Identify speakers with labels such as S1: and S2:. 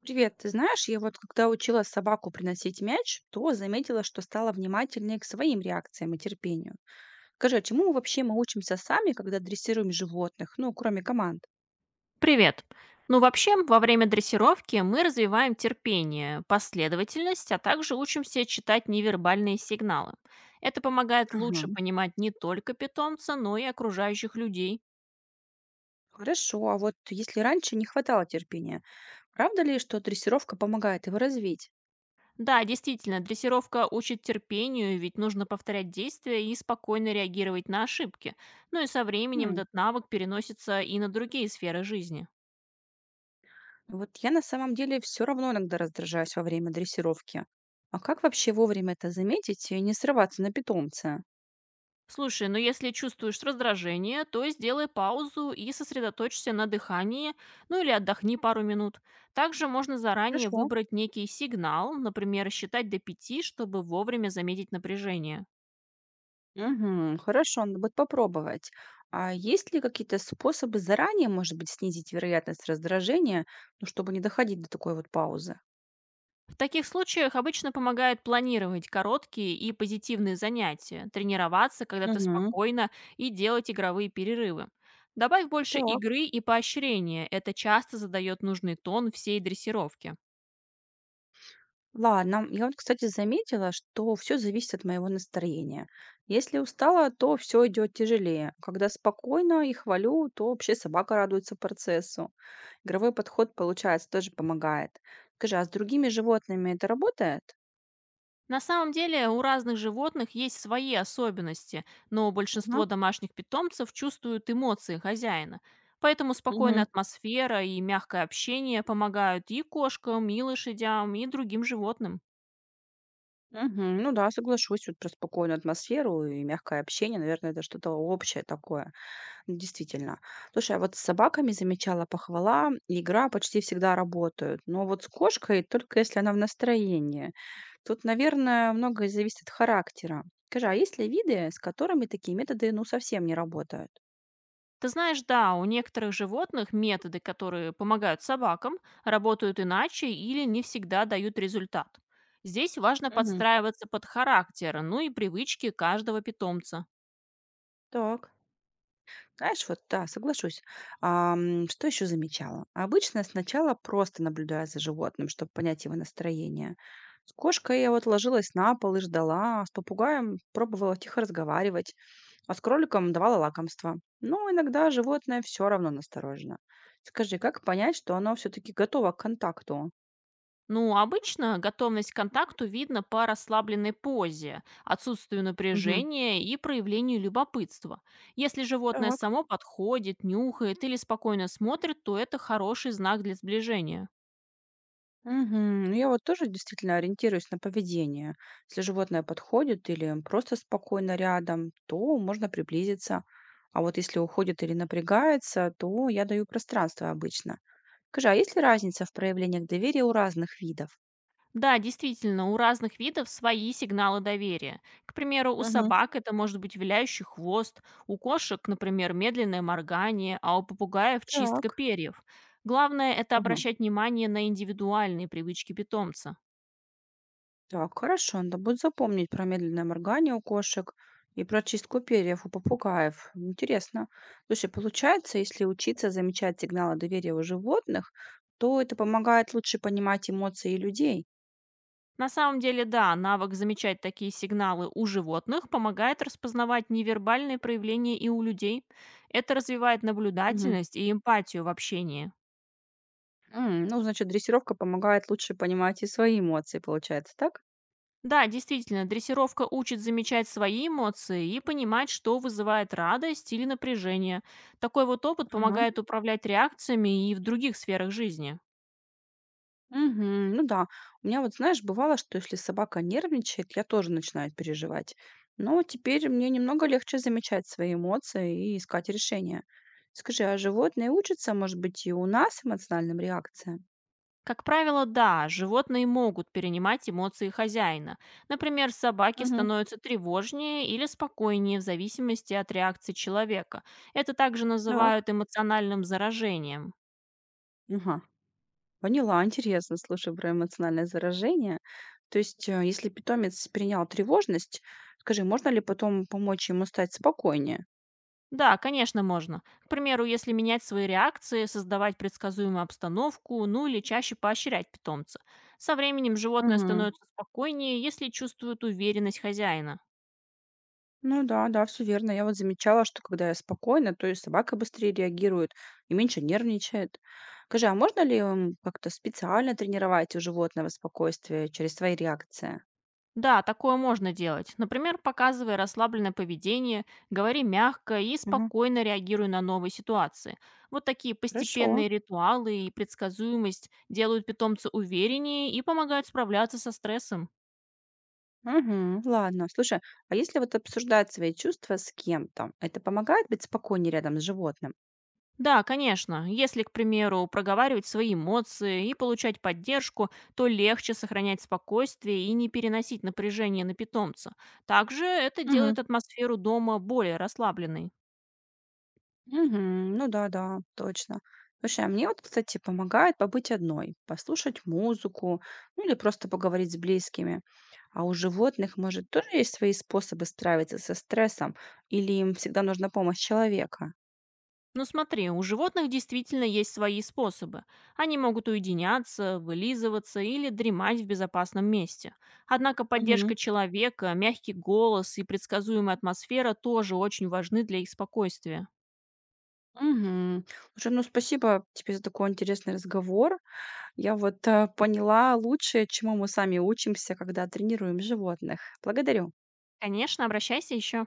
S1: Привет, ты знаешь, я вот когда учила собаку приносить мяч, то заметила, что стала внимательнее к своим реакциям и терпению. Скажи, а чему вообще мы учимся сами, когда дрессируем животных, ну, кроме команд?
S2: Привет. Ну, вообще, во время дрессировки мы развиваем терпение, последовательность, а также учимся читать невербальные сигналы. Это помогает
S1: Ага.
S2: лучше понимать не только питомца, но и окружающих людей.
S1: Хорошо, а вот если раньше не хватало терпения, правда ли, что дрессировка помогает его развить?
S2: Да, действительно, дрессировка учит терпению, ведь нужно повторять действия и спокойно реагировать на ошибки. Ну и со временем
S1: Хм,
S2: этот навык переносится и на другие сферы жизни.
S1: Вот я на самом деле все равно иногда раздражаюсь во время дрессировки. А как вообще вовремя это заметить и не срываться на питомца?
S2: Слушай, ну если чувствуешь раздражение, то сделай паузу и сосредоточься на дыхании, ну или отдохни пару минут. Также можно заранее
S1: Хорошо.
S2: выбрать некий сигнал, например, считать до 5, чтобы вовремя заметить напряжение.
S1: Мгм. Хорошо, надо будет попробовать. А есть ли какие-то способы заранее, может быть, снизить вероятность раздражения, ну, чтобы не доходить до такой вот паузы?
S2: В таких случаях обычно помогает планировать короткие и позитивные занятия, тренироваться, когда ты
S1: Угу.
S2: спокойно, и делать игровые перерывы. Добавь больше
S1: Так.
S2: игры и поощрения, это часто задает нужный тон всей дрессировке.
S1: Ладно. Я вот, кстати, заметила, что все зависит от моего настроения. Если устала, то все идет тяжелее. Когда спокойно и хвалю, то вообще собака радуется процессу. Игровой подход, получается, тоже помогает. Скажи, а с другими животными это работает?
S2: На самом деле у разных животных есть свои особенности, но большинство домашних питомцев чувствуют эмоции хозяина. Поэтому спокойная
S1: Ага.
S2: атмосфера и мягкое общение помогают и кошкам, и лошадям, и другим животным.
S1: Мгм. Ну да, соглашусь, вот про спокойную атмосферу и мягкое общение, наверное, это что-то общее такое, ну, действительно. Слушай, а вот с собаками замечала похвала, и игра почти всегда работают, но вот с кошкой только если она в настроении. Тут, наверное, многое зависит от характера. Скажи, а есть ли виды, с которыми такие методы, ну, совсем не работают?
S2: Ты знаешь, да, у некоторых животных методы, которые помогают собакам, работают иначе или не всегда дают результат. Здесь важно
S1: Мгм.
S2: подстраиваться под характер, ну и привычки каждого питомца.
S1: Так. Знаешь, вот да, соглашусь. Что еще замечала? Обычно сначала просто наблюдаю за животным, чтобы понять его настроение. С кошкой я вот ложилась на пол и ждала, а с попугаем пробовала тихо разговаривать, а с кроликом давала лакомство. Но иногда животное все равно насторожено. Скажи, как понять, что оно все-таки готово к контакту?
S2: Ну, обычно готовность к контакту видно по расслабленной позе, отсутствию
S1: Мгм.
S2: напряжения и проявлению любопытства. Если животное
S1: Так.
S2: само подходит, нюхает или спокойно смотрит, то это хороший знак для сближения.
S1: Мгм. Ну, я вот тоже действительно ориентируюсь на поведение. Если животное подходит или просто спокойно рядом, то можно приблизиться. А вот если уходит или напрягается, то я даю пространство обычно. Скажи, а есть ли разница в проявлениях доверия у разных видов?
S2: Да, действительно, у разных видов свои сигналы доверия. К примеру, у
S1: Мгм.
S2: собак это может быть виляющий хвост, у кошек, например, медленное моргание, а у попугаев
S1: Так.
S2: чистка
S1: Так.
S2: перьев. Главное– это обращать внимание на индивидуальные привычки питомца.
S1: Так, хорошо, надо будет запомнить про медленное моргание у кошек и про чистку перьев у попугаев. Интересно. Слушай, получается, если учиться замечать сигналы доверия у животных, то это помогает лучше понимать эмоции людей.
S2: На самом деле, да, навык замечать такие сигналы у животных помогает распознавать невербальные проявления и у людей. Это развивает
S1: Мгм.
S2: наблюдательность и эмпатию в общении.
S1: Ну, значит, дрессировка помогает лучше понимать и свои эмоции, получается, так?
S2: Да, действительно, дрессировка учит замечать свои эмоции и понимать, что вызывает радость или напряжение. Такой вот опыт
S1: Ага.
S2: помогает управлять реакциями и в других сферах жизни.
S1: Мгм. Ну да. У меня вот, знаешь, бывало, что если собака нервничает, я тоже начинаю переживать. Но теперь мне немного легче замечать свои эмоции и искать решения. Скажи, а животные учатся, может быть, и у нас эмоциональным реакциям?
S2: Как правило, да, животные могут перенимать эмоции хозяина. Например, собаки
S1: Мгм.
S2: становятся тревожнее или спокойнее в зависимости от реакции человека. Это также
S1: Так.
S2: называют эмоциональным заражением.
S1: Ага, поняла. Интересно, слушай, про эмоциональное заражение. То есть, если питомец перенял тревожность, скажи, можно ли потом помочь ему стать спокойнее?
S2: Да, конечно, можно. К примеру, если менять свои реакции, создавать предсказуемую обстановку, ну или чаще поощрять питомца. Со временем животное
S1: Мгм.
S2: становится спокойнее, если чувствует уверенность хозяина.
S1: Ну да, да, все верно. Я вот замечала, что когда я спокойна, то и собака быстрее реагирует и меньше нервничает. Скажи, а можно ли как-то специально тренировать у животного спокойствие через свои реакции?
S2: Да, такое можно делать. Например, показывай расслабленное поведение, говори мягко и
S1: Мгм.
S2: спокойно реагируй на новые ситуации. Вот такие
S1: Хорошо.
S2: постепенные ритуалы и предсказуемость делают питомца увереннее и помогают справляться со стрессом.
S1: Мгм. Ладно. Слушай, а если вот обсуждать свои чувства с кем-то, это помогает быть спокойнее рядом с животным?
S2: Да, конечно, если, к примеру, проговаривать свои эмоции и получать поддержку, то легче сохранять спокойствие и не переносить напряжение на питомца. Также это
S1: Мгм.
S2: делает атмосферу дома более расслабленной.
S1: Мгм. Ну да-да, точно. Слушай, а мне вот, кстати, помогает побыть одной, послушать музыку, ну или просто поговорить с близкими. А у животных, может, тоже есть свои способы справиться со стрессом, или им всегда нужна помощь человека?
S2: Ну смотри, у животных действительно есть свои способы. Они могут уединяться, вылизываться или дремать в безопасном месте. Однако
S1: Мгм.
S2: поддержка человека, мягкий голос и предсказуемая атмосфера тоже очень важны для их спокойствия.
S1: Мгм. Слушай, ну спасибо тебе за такой интересный разговор. Я вот поняла лучше, чему мы сами учимся, когда тренируем животных. Благодарю.
S2: Конечно, обращайся еще.